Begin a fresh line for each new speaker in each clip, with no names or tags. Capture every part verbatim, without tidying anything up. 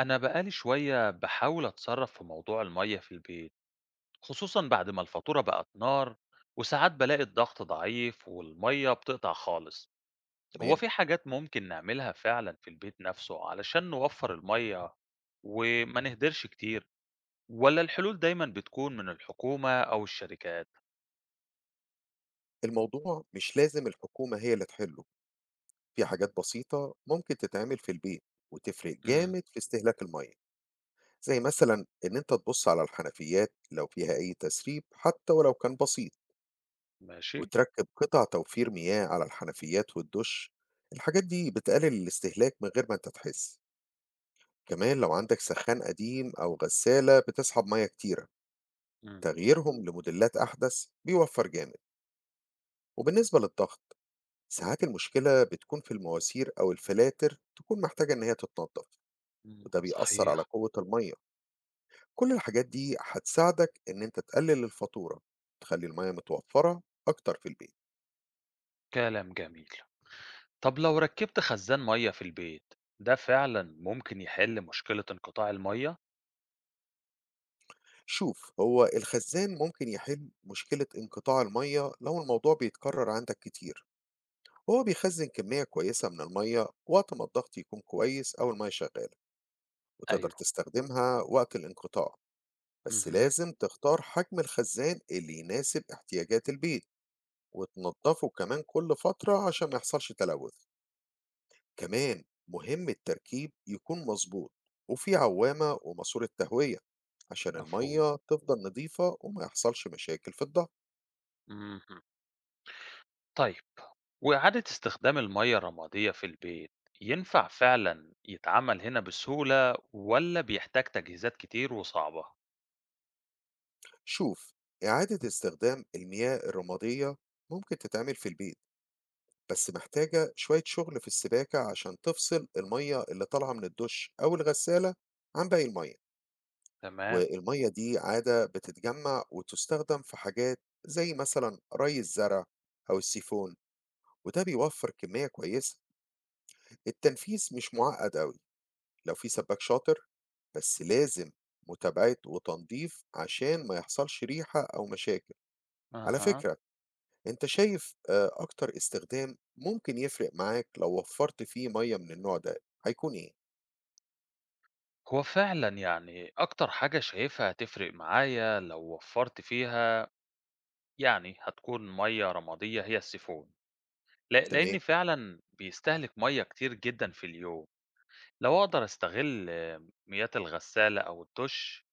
أنا بقالي شوية بحاول أتصرف في موضوع المية في البيت خصوصا بعد ما الفاتورة بقت نار وساعات بلاقي الضغط ضعيف والمية بتقطع خالص هو
تمام.
في حاجات ممكن نعملها فعلا في البيت نفسه علشان نوفر المية وما نهدرش كتير ولا الحلول دايما بتكون من الحكومة أو الشركات
الموضوع مش لازم الحكومة هي اللي تحله، في حاجات بسيطة ممكن تتعمل في البيت وتفرق
امم
جامد في استهلاك المية، زي مثلا إن أنت تبص على الحنفيات لو فيها أي تسريب حتى ولو كان بسيط،
ماشي
وتركب قطع توفير مياه على الحنفيات والدش. الحاجات دي بتقلل الاستهلاك من غير ما أنت تحس. كمان لو عندك سخان قديم أو غسالة بتسحب مية كتيرة،
امم
تغييرهم لموديلات أحدث بيوفر جامد. وبالنسبة للضغط، ساعات المشكلة بتكون في المواسير أو الفلاتر تكون محتاجة إن هي تتنضف،
أمم،
وده بيأثر على
صحيح
قوة المية. كل الحاجات دي هتساعدك إن أنت تقلل الفاتورة وتخلي المية متوفرة أكتر في البيت.
كلام جميل طب لو ركبت خزان مية في البيت ده فعلا ممكن يحل مشكلة انقطاع المية؟
شوف، هو الخزان ممكن يحل مشكلة انقطاع المية لو الموضوع بيتكرر عندك كتير. هو بيخزن كمية كويسة من المية وقت ما الضغط يكون كويس أو المية شغالة، وتقدر
أيوه
تستخدمها وقت الانقطاع. بس
اهم،
لازم تختار حجم الخزان اللي يناسب احتياجات البيت، وتنضفه كمان كل فترة عشان ما يحصلش تلوث. كمان مهم التركيب يكون مظبوط، وفي عوامة وماسورة تهوية عشان
مفهوم،
المية تفضل نظيفة وما يحصلش مشاكل في الضغط.
اهم. طيب، وإعادة استخدام المَيّة الرمادية في البيت، ينفع فعلًا يتعمل هنا بسهولة والّا بيحتاج تجهيزات كتير وصعبة؟
شوف، إعادة استخدام المياه الرمادية ممكن تتعمل في البيت، بس محتاجة شوية شغل في السباكة عشان تفصل المية اللي طالعة من الدش أو الغسالة عن باقي المية.
تمام،
والمية دي عادة بتتجمع وتستخدم في حاجات زي مثلا ري الزرع أو السيفون، وده بيوفر كمية كويسة. التنفيذ مش معقد أوي لو في سباك شاطر، بس لازم متابعة وتنظيف عشان ما يحصلش ريحة أو مشاكل. على
أها.
فكرة، أنت شايف آه، أكتر استخدام ممكن يفرق معاك لو وفرت فيه مية من النوع ده هيكون إيه؟
هو فعلًا يعني أكتر حاجة شايفها هتفرق معايا لو وفّرت فيها يعني هتكون مَيّة رمادية هي السيفون، ل
تمام،
لإن فعلًا بيستهلك مَيّة كتير جدًا في اليوم، لو أقدر أستغل آه، مياه الغسالة أو الدُّش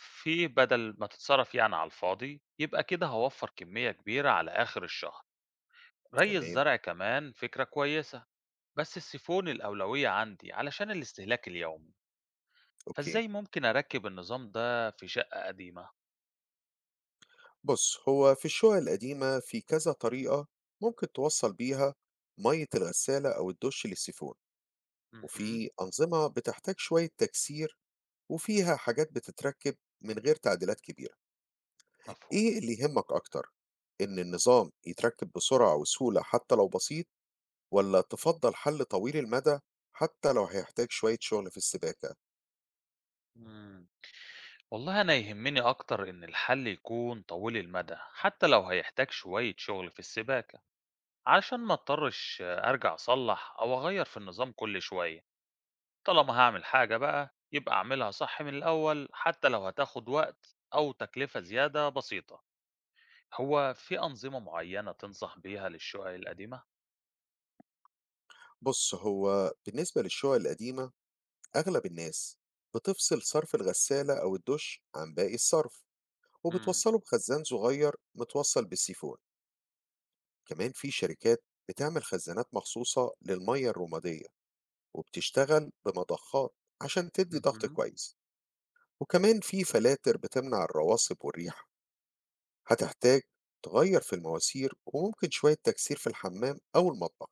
في بدل ما تتصرف يعني على الفاضي يبقى كده هوفر كمية كبيرة على آخر الشهر ري
تمام.
الزرع كمان فكرة كويسة بس السيفون الأولوية عندي علشان الاستهلاك اليومي
أوكي،
فإزاي ممكن أركب النظام ده في شقة قديمة؟
بص، هو في الشقق القديمة في كذا طريقة ممكن توصل بيها مية الغسالة أو الدش للسيفون.
مهم.
وفي أنظمة بتحتاج شوية تكسير، وفيها حاجات بتتركب من غير تعديلات كبيرة.
مفهوم
إيه اللي يهمك أكتر؟ إن النظام يتركب بسرعة وسهولة حتى لو بسيط، ولا تفضل حل طويل المدى حتى لو هيحتاج شوية شغل في السباكة.
مم. والله أنا يهمني أكتر إن الحل يكون طويل المدى حتى لو هيحتاج شوية شغل في السباكة علشان ما اضطرش أرجع أصلح أو أغير في النظام كل شوية طالما هاعمل حاجة بقى يبقى أعملها صح من الأول حتى لو هتاخد وقت أو تكلفة زيادة بسيطة هو في أنظمة معينة تنصح بيها للشقق القديمة؟
بص، هو بالنسبة للشقق القديمة، أغلب الناس بتفصل صرف الغسالة أو الدش عن باقي الصرف،
مم.
وبتوصله بخزان صغير متوصل بالسيفون. كمان في شركات بتعمل خزانات مخصوصة للمية الرمادية، وبتشتغل بمضخات عشان تدي ضغط
مهم.
كويس. وكمان في فلاتر بتمنع الرواسب والريح. هتحتاج تغير في المواسير وممكن شوية تكسير في الحمام أو المطبخ،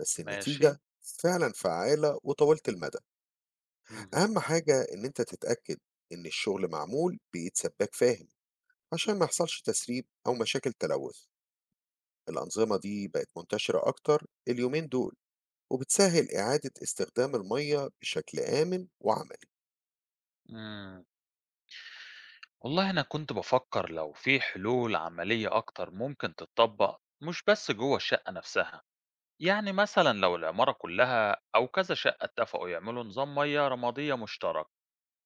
بس
ماشي
النتيجة فعلا فعالة وطويلة المدى.
مهم.
أهم حاجة إن أنت تتأكد إن الشغل معمول بإيد سباك فاهم عشان ما يحصلش تسريب أو مشاكل تلوث. الأنظمة دي بقت منتشرة أكتر اليومين دول، وبتسهل إعادة استخدام المية بشكل آمن وعملي.
مم. والله أنا كنت بفكر لو في حلول عملية أكتر ممكن تتطبق مش بس جوه الشقة نفسها يعني مثلا لو العمارة كلها أو كذا شقة اتفقوا يعملوا نظام مياه رمادية مشترك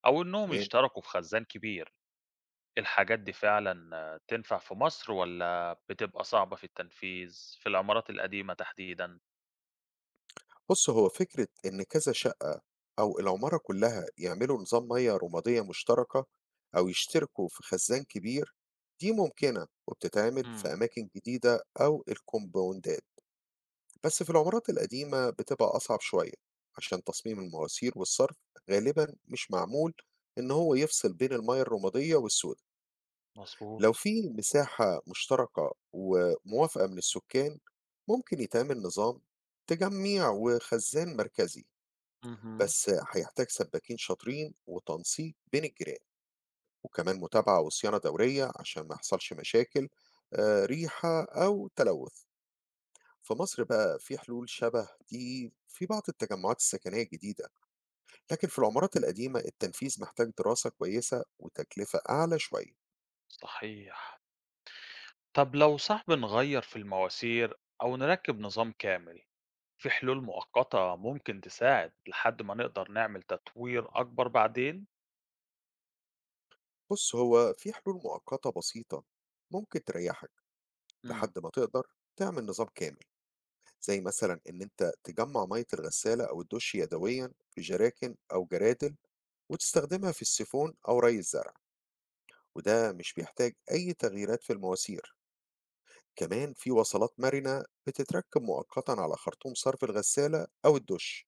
أو إنهم
تمام.
يشتركوا في خزان كبير الحاجات دي فعلًا تنفع في مصر والّا بتبقى صعبة في التنفيذ، في العمارات القديمة تحديدًا؟
بص، هو فكرة إن كذا شقة أو العمارة كلها يعملوا نظام مية رمادية مشتركة أو يشتركوا في خزان كبير، دي ممكنة وبتتعمل في
إمم،
أماكن جديدة أو الكومباوندات. بس في العمارات القديمة بتبقى أصعب شوية، عشان تصميم المواسير والصرف غالبا مش معمول إن هو يفصل بين المية الرمادية والسوق. لو
مضبوط،
في مساحة مشتركة وموافقة من السكان، ممكن يتعمل نظام تجميع وخزان مركزي.
اهم،
بس هيحتاج سباكين شاطرين وتنسيق بين الجيران، وكمان متابعة وصيانة دورية عشان ما يحصلش مشاكل آه، ريحة أو تلوث. في مصر بقى في حلول شبه دي في بعض التجمعات السكنية الجديدة، لكن في العمارات القديمة التنفيذ محتاج دراسة كويسة وتكلفة أعلى شوية.
صحيح. طب لو صعب نغيّر في المواسير أو نركّب نظام كامل، في حلول مؤقتة ممكن تساعد لحد ما نقدر نعمل تطوير أكبر بعدين؟
بص، هو في حلول مؤقتة بسيطة ممكن تريحك
إمم،
لحد ما تقدر تعمل نظام كامل، زي مثلا إن أنت تجمع مية الغسالة أو الدش يدويا في جراكن أو جرادل، وتستخدمها في السيفون أو ري الزرع، وده مش بيحتاج أي تغييرات في المواسير. كمان في وصلات مرنة بتتركب مؤقتا على خرطوم صرف الغسالة أو الدش،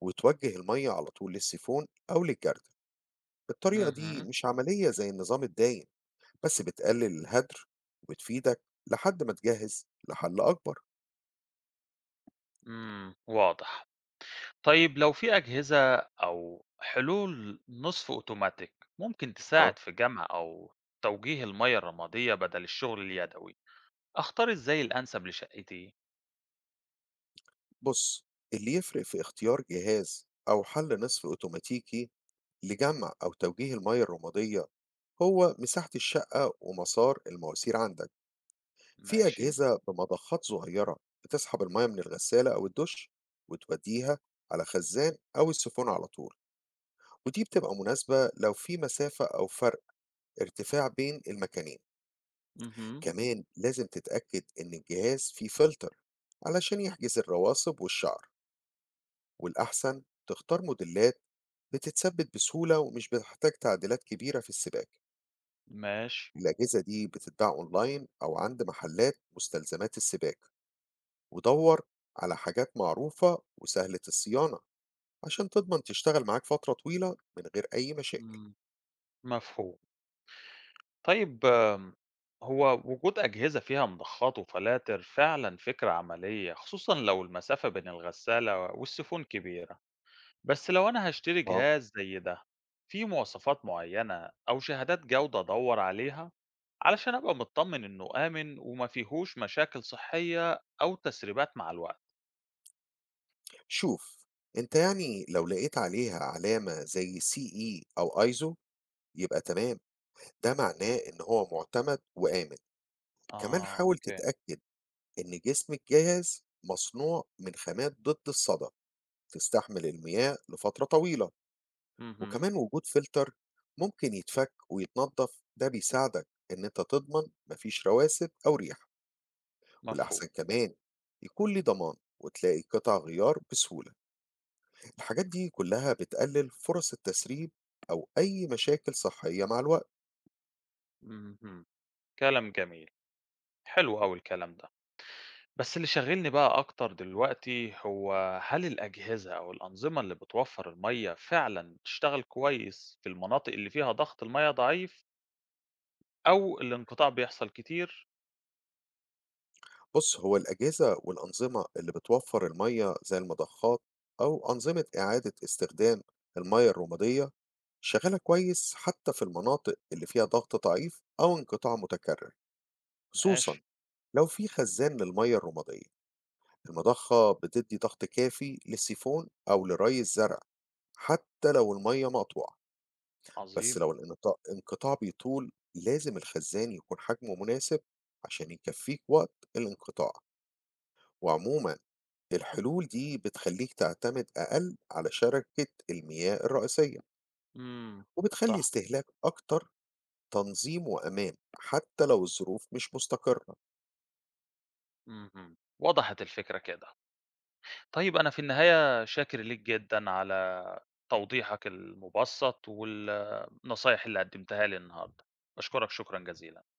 وتوجه المية على طول للسيفون أو للجردل. الطريقة دي
اهم،
مش عملية زي النظام الدايم، بس بتقلل الهدر وتفيدك لحد ما تجهز لحل أكبر.
إمم، واضح. طيب لو في أجهزة أو حلول نصف أوتوماتيك ممكن
اه.
تساعد في جمع أو توجيه المية الرمادية بدل الشغل اليدوي أختار إزاي الأنسب لشقتي
بص، اللي يفرق في اختيار جهاز أو حل نصف أوتوماتيكي لجمع أو توجيه المياه الرمادية هو مساحة الشقة ومسار المواسير عندك. في
ماشي
أجهزة بمضخات صغيرة بتسحب المياه من الغسالة أو الدش وتوديها على خزان أو السيفون على طول، ودي بتبقى مناسبة لو في مسافة أو فرق ارتفاع بين المكانين.
مهم.
كمان لازم تتأكد إن الجهاز فيه فلتر علشان يحجز الرواسب والشعر، والأحسن تختار موديلات بتتثبت بسهولة ومش بتحتاج تعديلات كبيرة في السباك.
ماشي
الأجهزة دي بتتباع أونلاين أو عند محلات مستلزمات السباك، ودور على حاجات معروفة وسهلة الصيانة عشان تضمن تشتغل معاك فترة طويلة من غير أي مشاكل.
مم. مفهوم طيب آم، هو وجود أجهزة فيها مضخات وفلاتر فعلا فكرة عملية خصوصا لو المسافة بين الغسالة والسفون كبيرة بس لو أنا هاشتري
اه.
جهاز زي ده في مواصفات معينة أو شهادات جودة أدور عليها علشان أبقى مطمن إنه آمن وما فيهوش مشاكل صحية أو تسريبات مع الوقت
شوف، انت يعني لو لقيت عليها علامة زي سي اي او ايزو يبقى تمام، ده معناه إن هو معتمد وآمن. كمان
آه
حاول
أوكي
تتأكد إن جسمك جاهز مصنوع من خامات ضد الصدى، تستحمل المياه لفترة طويلة.
مهم.
وكمان وجود فلتر ممكن يتفك ويتنضف، ده بيساعدك إن أنت تضمن مفيش رواسب أو ريح. والأحسن
مفهوم
كمان يكون ليه ضمان وتلاقي قطع غيار بسهولة. الحاجات دي كلها بتقلل فرص التسريب أو أي مشاكل صحية مع الوقت.
مهم. كلام جميل حلو أوي الكلام ده بس اللي شاغلني بقى أكتر دلوقتي هو هل الأجهزة أو الأنظمة اللي بتوفر المية فعلا تشتغل كويس في المناطق اللي فيها ضغط المية ضعيف أو الانقطاع بيحصل كتير
بُص، هو الأجهزة والأنظمة اللي بتوفّر المَيّة زي المضخات أو أنظمة إعادة استخدام المَيّة الرمادية شغّالة كويس حتى في المناطق اللي فيها ضغط ضعيف أو انقطاع متكرر، خصوصًا
ماشي
لو في خزان للمَيّة الرمادية. المضخة بتدّي ضغط كافي للسيفون أو لري الزرع حتى لو المَيّة مقطوعة. بس
عظيم.
لو الانقطاع انقطاع بيطول لازم الخزان يكون حجمه مناسب عشان يكفّيك وقت الانقطاع. وعموما الحلول دي بتخليك تعتمد أقل على شركة المياه الرئيسية،
إمم،
وبتخلي
صح،
استهلاك أكتر تنظيم وأمان حتى لو الظروف مش مستقرة
اهم، وضحت الفكرة كده. طيب أنا في النهاية شاكر ليك جدًا على توضيحك المُبسّط والنصايح اللي قدّمتها لي النهارده، باشكرك شكرًا جزيلًا.